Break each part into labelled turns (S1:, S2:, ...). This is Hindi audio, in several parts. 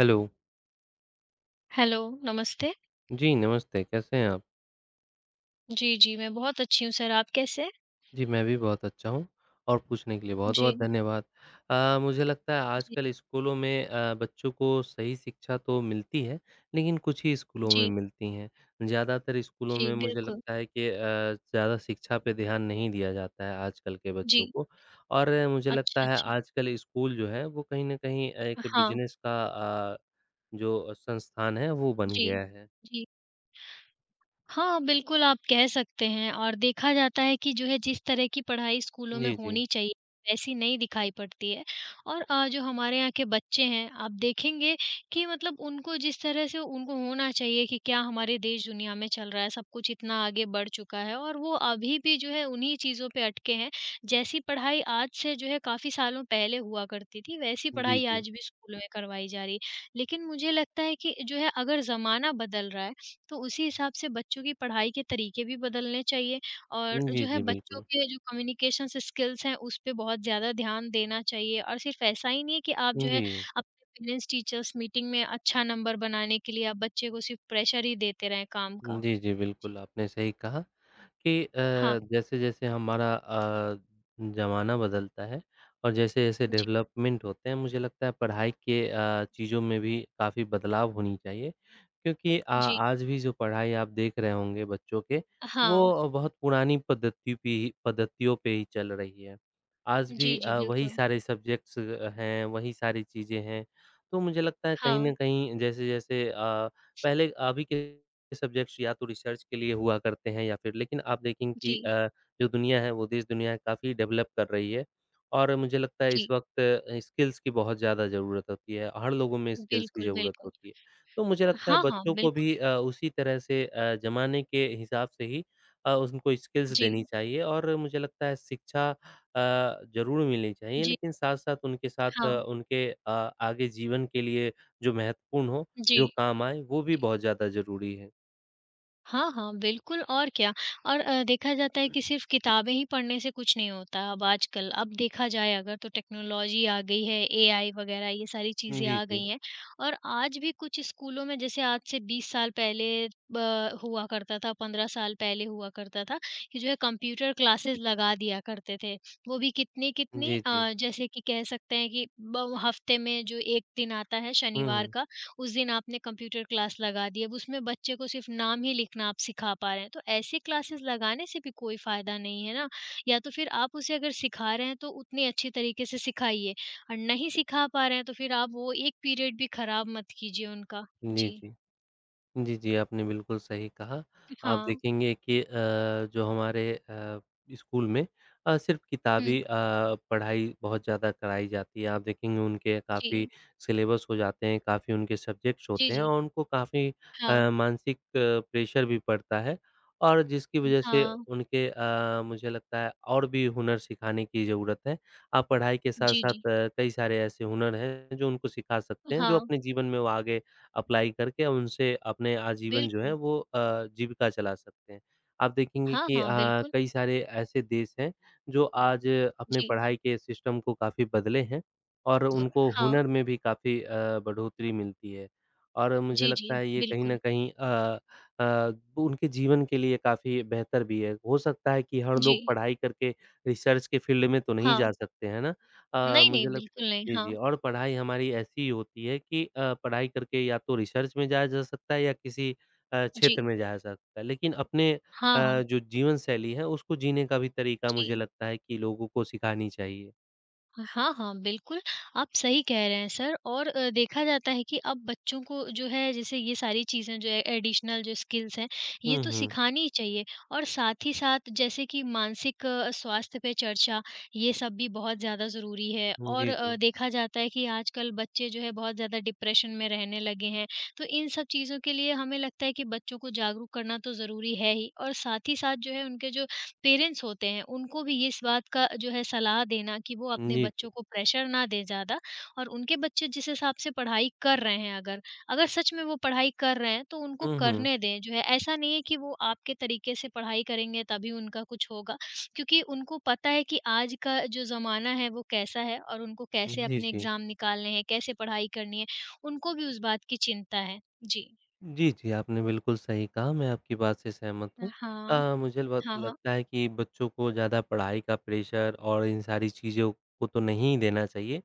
S1: हेलो।
S2: हेलो, नमस्ते।
S1: जी, नमस्ते, कैसे हैं आप?
S2: जी, जी, मैं बहुत अच्छी हूँ सर, आप कैसे हैं?
S1: जी, मैं भी बहुत अच्छा हूँ और पूछने के लिए
S2: जी,
S1: बहुत-बहुत धन्यवाद। मुझे लगता है
S2: जी,
S1: आजकल स्कूलों में बच्चों को सही शिक्षा तो मिलती है, लेकिन कुछ ही स्कूलों में
S2: जी,
S1: मिलती हैं। ज़्यादातर स्कूलों
S2: जी,
S1: में मुझे
S2: बिल्कुल।
S1: लगता है कि ज़्यादा शिक्षा पे ध्यान नहीं दिया जाता है आजकल के बच्चों
S2: जी,
S1: को और मुझे लगता
S2: अच्छा,
S1: है
S2: अच्छा।
S1: आजकल स्कूल जो है वो कहीं न कहीं एक
S2: हाँ,
S1: बिज़नेस का अ, जो संस्थान है वो बन
S2: जी,
S1: गया है।
S2: जी। हाँ, बिल्कुल आप कह सकते हैं और देखा जाता है कि जो है जिस तरह की पढ़ाई स्कूलों में
S1: जी, जी।
S2: होनी चाहिए, वैसी नहीं दिखाई पड़ती है और जो हमारे यहाँ के बच्चे हैं, आप देखेंगे कि मतलब उनको जिस तरह से उनको होना चाहिए कि क्या हमारे देश दुनिया में चल रहा है, सब कुछ इतना आगे बढ़ चुका है और वो अभी भी जो है उन्हीं चीज़ों पे अटके हैं। जैसी पढ़ाई आज से जो है काफ़ी सालों पहले हुआ करती थी, वैसी
S1: जी,
S2: पढ़ाई
S1: जी।
S2: आज भी स्कूलों में करवाई जा रही है। लेकिन मुझे लगता है कि जो है अगर ज़माना बदल रहा है तो उसी हिसाब से बच्चों की पढ़ाई के तरीके भी बदलने चाहिए और
S1: जी,
S2: जो है
S1: जी,
S2: बच्चों
S1: बिल्कुल।
S2: के जो कम्युनिकेशन स्किल्स हैं उस पे बहुत ज़्यादा ध्यान देना चाहिए और सिर्फ ऐसा ही नहीं है कि आप जो है
S1: जी।
S2: अपने पेरेंट्स टीचर्स मीटिंग में अच्छा नंबर बनाने के लिए आप बच्चे को सिर्फ प्रेशर ही देते रहें काम का।
S1: जी, जी,
S2: जी।
S1: बिल्कुल आपने सही कहा कि
S2: हाँ,
S1: जैसे-जैसे हमारा ज़माना बदलता है और जैसे-जैसे
S2: जी,
S1: डेवलपमेंट होते हैं, मुझे लगता है पढ़ाई के चीज़ों में भी काफ़ी बदलाव होनी चाहिए क्योंकि
S2: जी।
S1: आज भी जो पढ़ाई आप देख रहे होंगे बच्चों के,
S2: हाँ।
S1: वो बहुत पुरानी पद्धति पे ही पद्धतियों पे ही चल रही है। आज भी
S2: जी, जी,
S1: वही
S2: बिल्कुल।
S1: सारे सब्जेक्ट्स हैं, वही सारी चीज़ें हैं, तो मुझे लगता है कहीं
S2: हाँ,
S1: न कहीं जैसे-जैसे पहले अभी के सब्जेक्ट्स या तो रिसर्च के लिए हुआ करते हैं या फिर लेकिन आप देखेंगे कि
S2: जी,
S1: जो दुनिया है वो देश दुनिया काफ़ी डेवलप कर रही है और मुझे लगता है इस
S2: जी।
S1: वक़्त स्किल्स की बहुत ज़्यादा ज़रूरत होती है, हर लोगों में स्किल्स की
S2: बिल्कुल,
S1: ज़रूरत
S2: बिल्कुल।
S1: होती है। तो मुझे लगता है
S2: हाँ, हाँ,
S1: बच्चों को
S2: बिल्कुल।
S1: भी उसी तरह से ज़माने के हिसाब से ही उनको स्किल्स देनी
S2: जी,
S1: चाहिए और मुझे लगता है शिक्षा ज़रूर मिलनी चाहिए
S2: जी,
S1: लेकिन साथ-साथ उनके साथ
S2: हाँ।
S1: उनके आगे जीवन के लिए जो महत्वपूर्ण हो,
S2: जी,
S1: जो काम आए, वो भी
S2: जी।
S1: बहुत ज़्यादा ज़रूरी है।
S2: हाँ, हाँ, बिल्कुल और क्या और देखा जाता है कि सिर्फ़ किताबें ही पढ़ने से कुछ नहीं होता अब आजकल। अब देखा जाए अगर तो टेक्नोलॉजी आ गई है, एआई वग़ैरह ये सारी चीज़ें
S1: जी,
S2: आ
S1: जी।
S2: गई हैं और आज भी कुछ स्कूलों में जैसे आज से 20 साल पहले ब हुआ करता था, 15 साल पहले हुआ करता था कि जो है कंप्यूटर क्लासेस लगा दिया करते थे। वो भी कितनी-कितनी
S1: जी, जी।
S2: जैसे कि कह सकते हैं कि ब हफ़्ते में जो 1 दिन आता है
S1: हुँ,
S2: शनिवार
S1: हुँ।
S2: का उस दिन आपने कंप्यूटर क्लास लगा दी, अब उसमें बच्चे को सिर्फ़ नाम ही लिखना आप सिखा पा रहे हैं। तो ऐसी क्लासेस लगाने से भी कोई फ़ायदा नहीं है ना, या तो फिर आप उसे अगर सिखा रहे हैं तो उतने अच्छे तरीके से सिखाइए और नहीं सिखा पा रहे हैं तो फिर आप वो 1 पीरियड भी ख़राब मत कीजिए उनका।
S1: जी,
S2: जी।
S1: जी। जी, जी, आपने बिल्कुल सही कहा। आप
S2: हाँ।
S1: देखेंगे कि जो हमारे स्कूल में सिर्फ़
S2: हुँ।
S1: किताबी पढ़ाई बहुत ज़्यादा कराई जाती है। आप देखेंगे उनके
S2: जी।
S1: काफ़ी सिलेबस हो जाते हैं, काफ़ी उनके सब्जेक्ट्स
S2: जी,
S1: होते हैं
S2: जी।
S1: और उनको काफ़ी
S2: हाँ।
S1: मानसिक प्रेशर भी पड़ता है और जिसकी वजह से
S2: हाँ।
S1: उनके मुझे लगता है और भी हुनर सिखाने की ज़रूरत है। आप पढ़ाई के
S2: जी,
S1: साथ-साथ
S2: जी।
S1: कई सारे ऐसे हुनर हैं जो उनको सिखा सकते हैं, जो
S2: हाँ,
S1: अपने जीवन में वो आगे अप्लाई करके उनसे अपने आजीवन जो है
S2: बिल्कुल।
S1: वो जीविका चला सकते हैं। आप देखेंगे
S2: हाँ,
S1: कि
S2: हाँ, बिल्कुल।
S1: कई सारे ऐसे देश हैं जो आज अपने
S2: जी।
S1: पढ़ाई के सिस्टम को काफ़ी बदले हैं और उनको
S2: हाँ।
S1: हुनर में भी काफ़ी बढ़ोतरी मिलती है। और मुझे
S2: जी, जी,
S1: लगता है ये कहीं न
S2: बिल्कुल।
S1: कहीं अ, उनके जीवन के लिए काफ़ी बेहतर भी है। हो सकता है कि हर
S2: जी।
S1: लोग पढ़ाई करके रिसर्च के फ़ील्ड में तो नहीं जा
S2: हाँ।
S1: सकते, है ना? अ,
S2: नहीं,
S1: मुझे
S2: नहीं,
S1: लगता
S2: बिल्कुल नहीं।
S1: जी,
S2: हाँ।
S1: जी और पढ़ाई हमारी ऐसी होती है कि पढ़ाई करके या तो रिसर्च में जाया जा सकता है या किसी
S2: जी।
S1: क्षेत्र में जाया जा सकता है। लेकिन अपने
S2: हाँ, हाँ।
S1: जो जीवन शैली है उसको जीने का भी तरीका
S2: जी।
S1: मुझे लगता है कि लोगों को सिखानी चाहिए।
S2: हाँ, हाँ, बिल्कुल, आप सही कह रहे हैं सर और देखा जाता है कि अब बच्चों को जो है जैसे ये सारी चीज़ें जो है एडिशनल जो स्किल्स हैं, ये
S1: हुँ,
S2: तो
S1: हुँ।
S2: सिखानी ही चाहिए और साथ ही साथ जैसे कि मानसिक स्वास्थ्य पे चर्चा, ये सब भी बहुत ज़्यादा ज़रूरी है और
S1: जी, जी।
S2: देखा जाता है कि आजकल बच्चे जो है बहुत ज़्यादा डिप्रेशन में रहने लगे हैं, तो इन सब चीज़ों के लिए हमें लगता है कि बच्चों को जागरूक करना तो ज़रूरी है ही और साथ ही साथ जो है उनके जो पेरेंट्स होते हैं, उनको भी इस बात का जो है सलाह देना कि वो अपने
S1: जी, जी।
S2: बच्चों को प्रेशर ना दें ज़्यादा और उनके बच्चे जिस हिसाब से पढ़ाई कर रहे हैं अगर, अगर सच में वो पढ़ाई कर रहे हैं, तो उनको
S1: हुँ, हुँ।
S2: करने दें। जो है ऐसा नहीं है कि वो आपके तरीके से पढ़ाई करेंगे तभी उनका कुछ होगा, क्योंकि उनको पता है कि आज का जो ज़माना है वो कैसा है और उनको कैसे
S1: जी,
S2: अपने
S1: जी।
S2: एग्ज़ाम निकालने हैं, कैसे पढ़ाई करनी है, उनको भी उस बात की चिंता है। जी।
S1: जी, जी, आपने बिल्कुल सही कहा, मैं आपकी बात से सहमत हूँ।
S2: हाँ।
S1: मुझे बहुत
S2: हाँ, हाँ।
S1: लगता है कि बच्चों को ज़्यादा पढ़ाई का प्रेशर और इन सारी चीज़ों को तो नहीं देना चाहिए।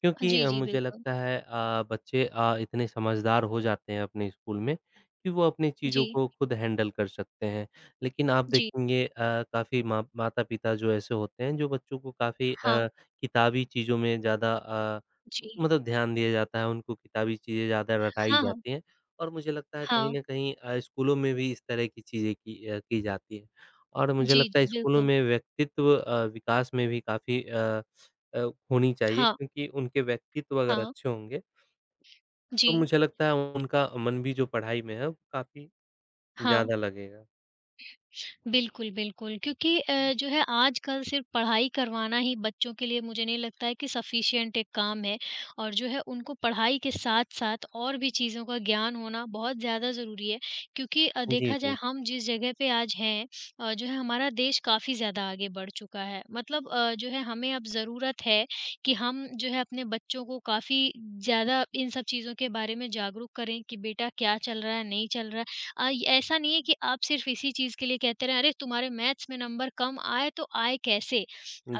S1: क्योंकि
S2: जी, जी,
S1: मुझे
S2: बिल्कुल।
S1: लगता है बच्चे इतने समझदार हो जाते हैं अपने स्कूल में कि वो अपनी चीज़ों
S2: जी,
S1: को खुद हैंडल कर सकते हैं। लेकिन आप
S2: जी।
S1: देखेंगे काफ़ी माँ माता-पिता जो ऐसे होते हैं, जो बच्चों को काफ़ी
S2: हाँ,
S1: किताबी चीज़ों में ज़्यादा
S2: जी।
S1: मतलब ध्यान दिया जाता है, उनको किताबी चीज़ें ज़्यादा रटाई
S2: हाँ, हाँ।
S1: जाती हैं और मुझे लगता है कहीं
S2: हाँ।
S1: न कहीं स्कूलों में भी इस तरह की चीज़ें की जाती हैं। और मुझे
S2: जी,
S1: लगता है
S2: जी,
S1: स्कूलों
S2: बिल्कुल।
S1: में व्यक्तित्व विकास में भी काफ़ी अ, होनी चाहिए
S2: हाँ,
S1: क्योंकि उनके व्यक्तित्व अगर
S2: हाँ।
S1: अच्छे होंगे,
S2: जी,
S1: तो मुझे लगता है उनका मन भी जो पढ़ाई में है वो काफ़ी
S2: हाँ।
S1: ज़्यादा लगेगा।
S2: बिल्कुल, बिल्कुल। क्योंकि जो है आजकल सिर्फ़ पढ़ाई करवाना ही बच्चों के लिए मुझे नहीं लगता है कि सफ़िशिएंट एक काम है और जो है उनको पढ़ाई के साथ-साथ और भी चीज़ों का ज्ञान होना बहुत ज़्यादा ज़रूरी है। क्योंकि
S1: जी,
S2: देखा जाए
S1: जी।
S2: हम जिस जगह पे आज हैं जो है हमारा देश काफ़ी ज़्यादा आगे बढ़ चुका है। मतलब जो है हमें अब ज़रूरत है कि हम जो है अपने बच्चों को काफ़ी ज़्यादा इन सब चीज़ों के बारे में जागरूक करें कि बेटा क्या चल रहा है, नहीं चल रहा है। ये ऐसा नहीं है कि आप सिर्फ़ इसी चीज़ के लिए कहते रहें, "अरे! तुम्हारे मैथ्स में नंबर कम आए तो आए कैसे?"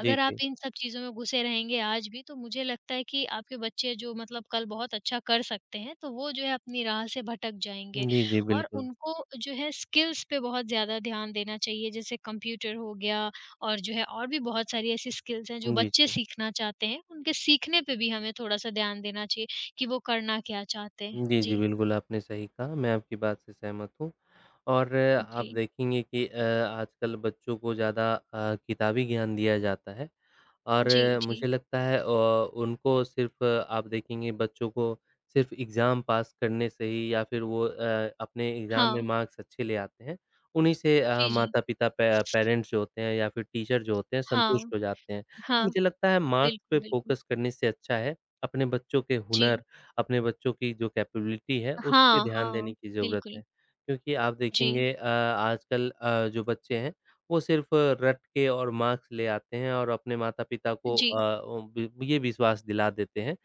S1: जी,
S2: आप
S1: जी।
S2: इन सब चीज़ों में घुसे रहेंगे आज भी, तो मुझे लगता है कि आपके बच्चे जो मतलब कल बहुत अच्छा कर सकते हैं, तो वो जो है अपनी राह से भटक जाएँगे।
S1: जी, जी,
S2: और
S1: बिल्कुल।
S2: उनको जो है स्किल्स पे बहुत ज़्यादा ध्यान देना चाहिए, जैसे कंप्यूटर हो गया और जो है और भी बहुत सारी ऐसी स्किल्स हैं जो
S1: जी,
S2: बच्चे
S1: जी।
S2: सीखना चाहते हैं, उनके सीखने पे भी हमें थोड़ा-सा ध्यान देना चाहिए कि वो करना क्या चाहते हैं।
S1: जी, जी,
S2: जी।
S1: बिल्कुल आपने सही कहा, मैं आपकी बात से सहमत हूँ और आप
S2: जी।
S1: देखेंगे कि आजकल बच्चों को ज़्यादा किताबी ज्ञान दिया जाता है। और
S2: जी, जी।
S1: मुझे लगता है उनको सिर्फ़ आप देखेंगे बच्चों को सिर्फ़ एग्ज़ाम पास करने से ही या फिर वो अपने एग्ज़ाम में
S2: हाँ।
S1: मार्क्स अच्छे ले आते हैं, उन्हीं से
S2: जी, जी।
S1: माता-पिता पे पेरेंट्स जो होते हैं या फिर टीचर जो होते हैं
S2: हाँ,
S1: संतुष्ट हो जाते हैं। तो
S2: हाँ।
S1: मुझे लगता है मार्क्स पे
S2: बिल्कुल, बिल्कुल।
S1: फ़ोकस करने से अच्छा है, अपने बच्चों के
S2: जी।
S1: हुनर, अपने बच्चों की जो कैपेबिलिटी है, उस पे
S2: हाँ,
S1: ध्यान देने
S2: हाँ।
S1: की ज़रूरत
S2: बिल्कुल।
S1: है। क्योंकि आप
S2: जी,
S1: देखेंगे आजकल जो बच्चे हैं वो सिर्फ़ रट के और मार्क्स ले आते हैं और अपने माता-पिता को
S2: जी,
S1: ओ वि ये विश्वास दिला देते हैं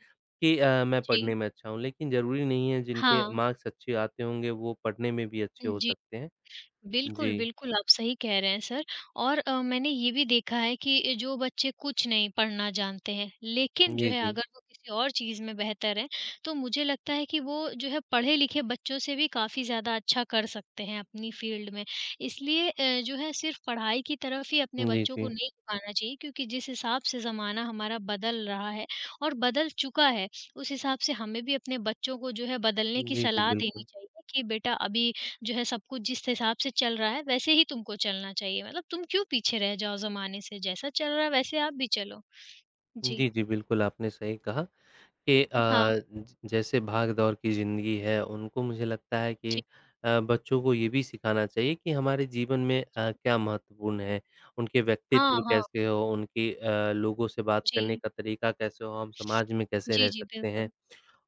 S1: कि मैं
S2: जी।
S1: पढ़ने में अच्छा हूँ, लेकिन ज़रूरी नहीं है जिनके
S2: हाँ।
S1: मार्क्स अच्छे आते होंगे वो पढ़ने में भी अच्छे हो
S2: जी।
S1: सकते हैं। जी।
S2: बिल्कुल, बिल्कुल, आप सही कह रहे हैं सर और मैंने ये भी देखा है कि जो बच्चे कुछ नहीं पढ़ना जानते हैं, लेकिन जो
S1: जी,
S2: है
S1: जी।
S2: अगर वो किसी और चीज़ में बेहतर हैं, तो मुझे लगता है कि वो जो है पढ़े-लिखे बच्चों से भी काफ़ी ज़्यादा अच्छा कर सकते हैं अपनी फ़ील्ड में। इसलिए जो है सिर्फ़ पढ़ाई की तरफ ही अपने
S1: जी,
S2: बच्चों को
S1: जी।
S2: नहीं झुकाना चाहिए क्योंकि जिस हिसाब से ज़माना हमारा बदल रहा है और बदल चुका है, उस हिसाब से हमें भी अपने बच्चों को जो है बदलने की
S1: जी, जी,
S2: सलाह देनी
S1: बिल्कुल।
S2: चाहिए कि बेटा अभी जो है सब कुछ जिस हिसाब से चल रहा है, वैसे ही तुमको चलना चाहिए। मतलब तुम क्यों पीछे रह जाओ ज़माने से? जैसा चल रहा है वैसे आप भी चलो। जी।
S1: जी, जी, बिल्कुल आपने सही कहा। कि अ,
S2: हाँ।
S1: ज जैसे भाग-दौड़ की ज़िंदगी है, उनको मुझे लगता है कि
S2: जी,
S1: बच्चों को ये भी सिखाना चाहिए कि हमारे जीवन में
S2: जी।
S1: क्या महत्वपूर्ण है, उनके
S2: हाँ,
S1: व्यक्तित्व
S2: हाँ।
S1: कैसे हो, उनकी लोगों से बात
S2: जी।
S1: करने का तरीका कैसे हो, हम समाज में कैसे
S2: जी,
S1: रह
S2: जी,
S1: सकते हैं।
S2: बिल्कुल।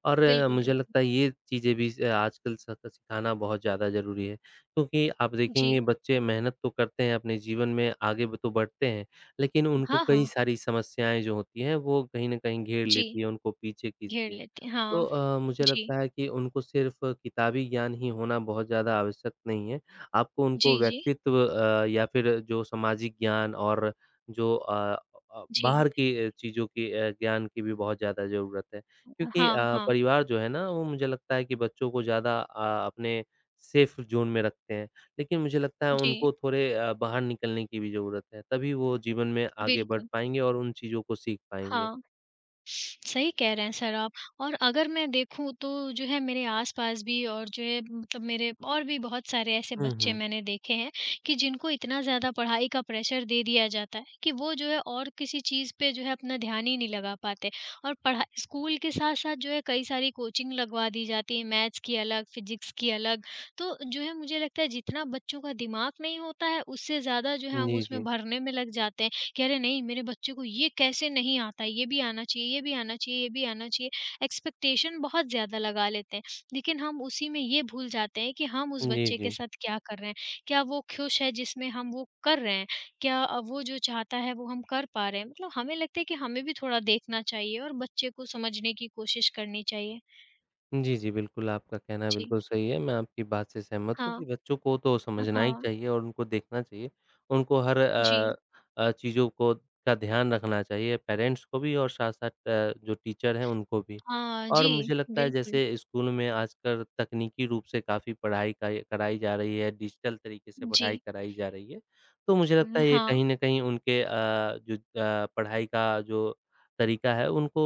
S1: और
S2: बिल्कुल,
S1: मुझे
S2: बिल्कुल।
S1: लगता है ये चीज़ें भी स आजकल सक सिखाना बहुत ज़्यादा ज़रूरी है। क्योंकि आप देखेंगे
S2: जी।
S1: बच्चे मेहनत तो करते हैं अपने जीवन में आगे ब तो बढ़ते हैं, लेकिन उनको
S2: हाँ,
S1: कई
S2: हाँ।
S1: सारी समस्याएँ जो होती हैं वो कहीं न कहीं घेर
S2: जी,
S1: लेती हैं, उनको पीछे
S2: घेर
S1: खींचती हैं।
S2: लेते हैं।
S1: तो
S2: हाँ।
S1: मुझे
S2: जी।
S1: लगता है कि उनको सिर्फ़ किताबी ज्ञान ही होना बहुत ज़्यादा आवश्यक नहीं है। आपको उनको
S2: जी, जी।
S1: व्यक्तित्व या फिर जो सामाजिक ज्ञान और जो
S2: जी।
S1: बाहर की चीज़ों की ज्ञान की भी बहुत ज़्यादा ज़रूरत है। क्योंकि
S2: हाँ, हाँ।
S1: परिवार जो है ना, वो मुझे लगता है कि बच्चों को ज़्यादा अपने सेफ ज़ोन में रखते हैं। लेकिन मुझे लगता है
S2: जी,
S1: उनको थोड़े बाहर निकलने की भी ज़रूरत है, तभी वो जीवन में आगे बढ़
S2: बिल्कुल।
S1: पाएँगे और उन चीज़ों को सीख पाएँगे।
S2: हाँ। सही कह रहे हैं सर आप और अगर मैं देखूँ तो जो है मेरे आस-पास भी और जो है मतलब मेरे और भी बहुत सारे ऐसे
S1: हुँ,
S2: बच्चे
S1: हुँ।
S2: मैंने देखे हैं कि जिनको इतना ज़्यादा पढ़ाई का प्रेशर दे दिया जाता है कि वो जो है और किसी चीज़ पे जो है अपना ध्यान ही नहीं लगा पाते और पढ़ा स्कूल के साथ-साथ जो है कई सारी कोचिंग लगवा दी जाती है मैथ्स की अलग, फिजिक्स की अलग। तो जो है मुझे लगता है जितना बच्चों का दिमाग नहीं होता है उससे ज़्यादा जो है हम
S1: जी,
S2: उसमें
S1: जी।
S2: भरने में लग जाते हैं। कह रहे नहीं मेरे बच्चे को ये कैसे नहीं आता है, ये भी आना चाहिए, ये भी आना चाहिए, ये भी आना चाहिए। एक्सपेक्टेशन बहुत ज़्यादा लगा लेते हैं, लेकिन हम उसी में ये भूल जाते हैं कि हम उस
S1: जी,
S2: बच्चे के
S1: जी।
S2: साथ क्या कर रहे हैं? क्या वो खुश है जिसमें हम वो कर रहे हैं? क्या वो जो चाहता है वो हम कर पा रहे हैं? मतलब हमें लगता है कि हमें भी थोड़ा देखना चाहिए और बच्चे को समझने की कोशिश करनी चाहिए।
S1: जी, जी, बिल्कुल, आपका कहना
S2: जी।
S1: बिल्कुल सही है। मैं आपकी बात से सहमत हूँ
S2: हाँ।
S1: कि बच्चों को तो समझना ही
S2: हाँ।
S1: चाहिए और उनको देखना चाहिए। उनको हर
S2: जी।
S1: चीज़ों को का ध्यान रखना चाहिए, पेरेंट्स को भी और साथ-साथ जो टीचर हैं, उनको भी।
S2: हाँ,
S1: और
S2: जी,
S1: मुझे लगता है
S2: बिल्कुल।
S1: जैसे स्कूल में आजकल तकनीकी रूप से काफ़ी पढ़ाई काई कराई जा रही है, डिजिटल तरीके से
S2: जी।
S1: पढ़ाई कराई जा रही है। तो मुझे लगता है ये
S2: हाँ,
S1: कहीं न कहीं उनके जो पढ़ाई का जो तरीका है, उनको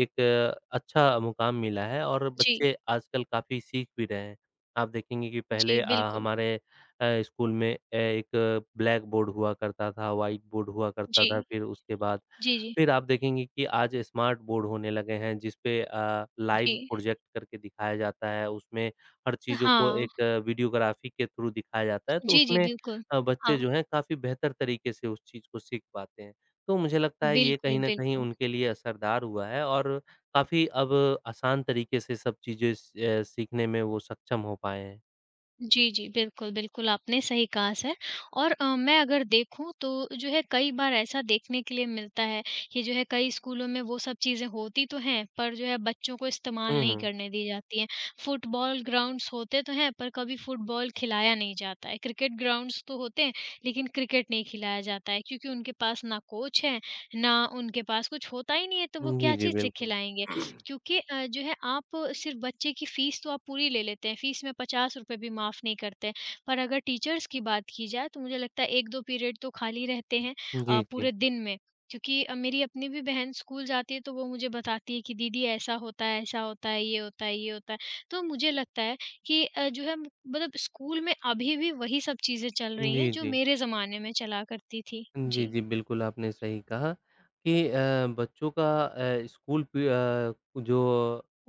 S1: एक अच्छा मुकाम मिला है और
S2: जी।
S1: बच्चे आजकल काफ़ी सीख भी रहे हैं। आप देखेंगे कि पहले
S2: जी, बिल्कुल।
S1: हमारे स्कूल में एक ब्लैक बोर्ड हुआ करता था, व्हाइट बोर्ड हुआ करता
S2: जी।
S1: था, फिर उसके बाद
S2: जी, जी,
S1: फिर आप देखेंगे कि आज स्मार्ट बोर्ड होने लगे हैं जिस पे
S2: जी।
S1: लाइव प्रोजेक्ट करके दिखाया जाता है, उसमें हर चीज़ों को
S2: हाँ।
S1: एक वीडियोग्राफ़ी के थ्रू दिखाया जाता है, तो
S2: जी, जी,
S1: उसमें
S2: बिल्कुल।
S1: बच्चे
S2: हाँ,
S1: जो हैं काफ़ी बेहतर तरीके से उस चीज़ को सीख पाते हैं। तो मुझे लगता है ये कहीं
S2: बिल्कुल,
S1: न कहीं
S2: बिल्कुल।
S1: उनके लिए असरदार हुआ है और काफ़ी अब आसान तरीके से सब चीज़ें सीखने में वो सक्षम हो पाए हैं।
S2: जी, जी, बिल्कुल, बिल्कुल, आपने सही कहा सर और मैं अगर देखूँ तो जो है कई बार ऐसा देखने के लिए मिलता है कि जो है कई स्कूलों में वो सब चीज़ें होती तो हैं, पर जो है बच्चों को इस्तेमाल
S1: हुँ,
S2: नहीं
S1: हुँ।
S2: करने दी जाती हैं। फुटबॉल ग्राउंड्स होते तो हैं, पर कभी फुटबॉल खिलाया नहीं जाता है। क्रिकेट ग्राउंड्स तो होते हैं, लेकिन क्रिकेट नहीं खिलाया जाता है क्योंकि उनके पास ना कोच है, ना उनके पास कुछ होता ही नहीं है, तो वो
S1: जी,
S2: क्या
S1: जी,
S2: चीज़ से
S1: बिल्कुल।
S2: खिलाएँगे? क्योंकि जो है आप सिर्फ़ बच्चे की फ़ीस तो आप पूरी ले लेते हैं, फ़ीस में ₹50 भी माफ़ नहीं करते हैं। पर अगर टीचर्स की बात की जाए तो मुझे लगता है 1-2 पीरियड तो खाली रहते हैं
S1: जी, जी।
S2: पूरे दिन में। क्योंकि मेरी अपनी भी बहन स्कूल जाती है तो वो मुझे बताती है कि दीदी ऐसा होता है, ये होता है, ये होता है। तो मुझे लगता है कि जो है मतलब स्कूल में अभी भी वही सब चीज़ें चल रही हैं
S1: जी,
S2: जो
S1: जी।
S2: मेरे ज़माने में चला करती थी।
S1: जी,
S2: जी,
S1: जी, बिल्कुल आपने सही कहा कि बच्चों का स्कूल जो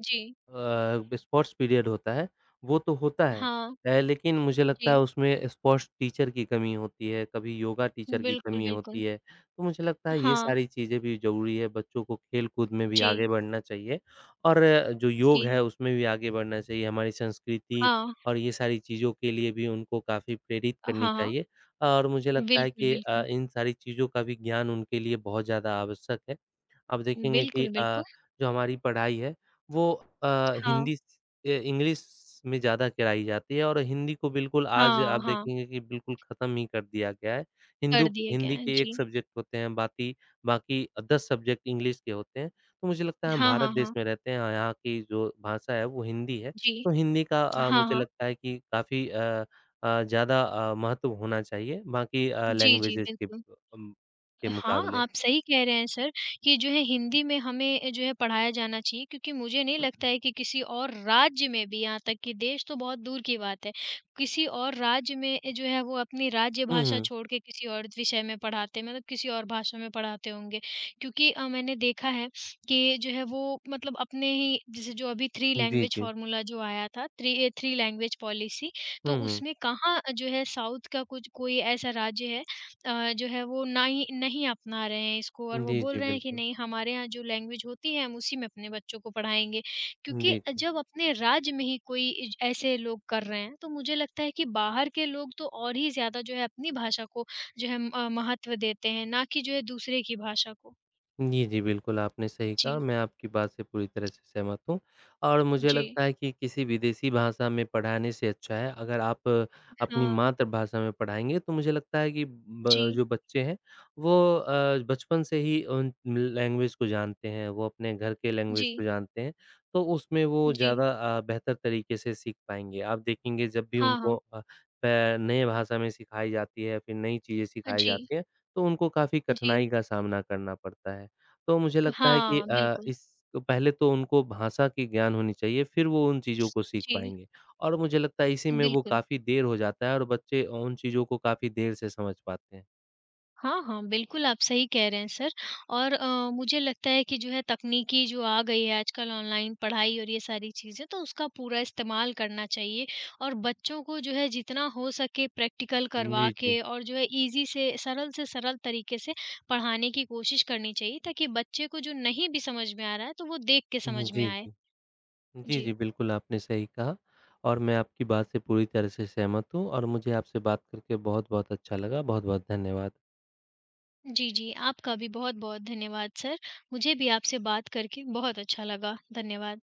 S2: जी।
S1: स्पोर्ट्स पीरियड होता है, वो तो होता है।
S2: हाँ,
S1: लेकिन मुझे लगता है
S2: जी।
S1: उसमें स्पोर्ट्स टीचर की कमी होती है, कभी योगा टीचर की
S2: बिल्कुल,
S1: कमी
S2: बिल्कुल।
S1: होती है। तो मुझे लगता है ये
S2: हाँ,
S1: सारी चीज़ें भी ज़रूरी है, बच्चों को खेल-कूद में भी आगे
S2: जी,
S1: बढ़ना चाहिए और जो योग
S2: जी।
S1: है उसमें भी आगे बढ़ना चाहिए। हमारी संस्कृति
S2: हाँ,
S1: और ये सारी चीज़ों के लिए भी उनको काफ़ी प्रेरित
S2: हाँ,
S1: करनी
S2: हाँ।
S1: चाहिए और मुझे लगता है
S2: बिल्कुल,
S1: कि
S2: बिल्कुल।
S1: इन सारी चीज़ों का भी ज्ञान उनके लिए बहुत ज़्यादा आवश्यक है। आप देखेंगे कि
S2: बिल्कुल, बिल्कुल।
S1: जो हमारी पढ़ाई है वो
S2: हाँ,
S1: हिंदी स ए इंग्लिश में ज़्यादा कराई जाती है और हिंदी को बिल्कुल आज
S2: हाँ,
S1: आप
S2: हाँ।
S1: देखेंगे कि बिल्कुल ख़त्म ही कर दिया गया है। हिंदू
S2: कर दिए गए
S1: हिंदी
S2: हैं।
S1: के 1
S2: जी।
S1: सब्जेक्ट होते हैं, बाकी बाकी 10 सब्जेक्ट इंग्लिश के होते हैं। तो मुझे लगता है हम
S2: हाँ,
S1: भारत
S2: हाँ,
S1: देश
S2: हाँ।
S1: में रहते हैं, यहाँ की जो भाषा है वो हिंदी है।
S2: जी।
S1: तो हिंदी का
S2: हाँ,
S1: मुझे
S2: हाँ।
S1: लगता है कि काफ़ी ज़्यादा महत्व होना चाहिए बाकी
S2: जी, जी,
S1: लैंग्वेजेज़ के
S2: बिल्कुल।
S1: अम, के
S2: हाँ,
S1: मुकाबले।
S2: आप सही कह रहे हैं सर कि जो है हिंदी में हमें जो है पढ़ाया जाना चाहिए क्योंकि मुझे नहीं लगता है कि किसी और राज्य में भी यहाँ तक कि देश तो बहुत दूर की बात है, किसी और राज्य में जो है वो अपनी राज्य
S1: हुँ,
S2: भाषा
S1: हुँ।
S2: छोड़ के किसी और विषय में पढ़ाते हैं मतलब किसी और भाषा में पढ़ाते होंगे। क्योंकि मैंने देखा है कि जो है वो मतलब अपने ही जैसे जो अभी थ्री
S1: जी,
S2: लैंग्वेज
S1: जी।
S2: फ़ॉर्मूला जो आया था, three a three language policy तो
S1: हुँ, हुँ।
S2: उसमें कहाँ जो है साउथ का कुछ कोई ऐसा राज्य है जो है वो ना ही नहीं अपना रहे हैं इसको और वो
S1: जी,
S2: बोल
S1: जी,
S2: रहे हैं कि
S1: बिल्कुल।
S2: नहीं हमारे यहाँ जो लैंग्वेज होती है हम उसी में अपने बच्चों को पढ़ाएँगे। क्योंकि
S1: जी, जी।
S2: जब अपने राज्य में ही कोई इज ऐसे लोग कर रहे हैं, तो मुझे लगता है कि बाहर के लोग तो और ही ज़्यादा जो है अपनी भाषा को जो है महत्व देते हैं, ना कि जो है दूसरे की भाषा को।
S1: जी, जी, बिल्कुल आपने सही कहा,
S2: जी,
S1: मैं आपकी बात से पूरी तरह से सहमत हूँ और मुझे
S2: जी।
S1: लगता है कि किसी विदेशी भाषा में पढ़ाने से अच्छा है अगर आप अपनी
S2: हाँ,
S1: मातृभाषा में पढ़ाएँगे तो मुझे लगता है कि ब
S2: जी,
S1: जो बच्चे हैं वो बचपन से ही उन लैंग्वेज को जानते हैं, वो अपने घर के लैंग्वेज को
S2: जी,
S1: जानते हैं, तो उसमें वो
S2: जी।
S1: ज़्यादा बेहतर तरीके से सीख पाएँगे। आप देखेंगे जब भी
S2: हाँ,
S1: उनको
S2: हाँ।
S1: प नए भाषा में सिखाई जाती है, फिर नई चीज़ें सिखाई
S2: जी,
S1: जाती हैं, तो उनको काफ़ी
S2: जी।
S1: कठिनाई का सामना करना पड़ता है। तो मुझे लगता है कि
S2: हाँ,
S1: अ,
S2: बिल्कुल।
S1: इस पहले तो उनको भाषा की ज्ञान होनी चाहिए, फिर वो उन चीज़ों को सीख
S2: जी,
S1: पाएँगे और मुझे लगता है इसी में वो
S2: बिल्कुल।
S1: काफ़ी देर हो जाता है और बच्चे उन चीज़ों को काफ़ी देर से समझ पाते हैं।
S2: हाँ, हाँ, बिल्कुल आप सही कह रहे हैं सर और मुझे लगता है कि जो है तकनीकी जो आ गई है आजकल ऑनलाइन पढ़ाई और ये सारी चीज़ें तो उसका पूरा इस्तेमाल करना चाहिए और बच्चों को जो है जितना हो सके प्रैक्टिकल करवा
S1: जी, जी।
S2: के और जो है ईज़ी से सरल तरीके से पढ़ाने की कोशिश करनी चाहिए ताकि बच्चे को जो नहीं भी समझ में आ रहा है तो वो देख के
S1: हुँ,
S2: समझ में
S1: जी,
S2: आए।
S1: जी। जी, जी,
S2: जी।
S1: बिल्कुल आपने सही कहा और मैं आपकी बात से पूरी तरह से सहमत हूँ और मुझे आपसे बात करके बहुत-बहुत अच्छा लगा। बहुत-बहुत धन्यवाद।
S2: जी, जी, आपका भी बहुत-बहुत धन्यवाद सर। मुझे भी आपसे बात करके बहुत अच्छा लगा। धन्यवाद।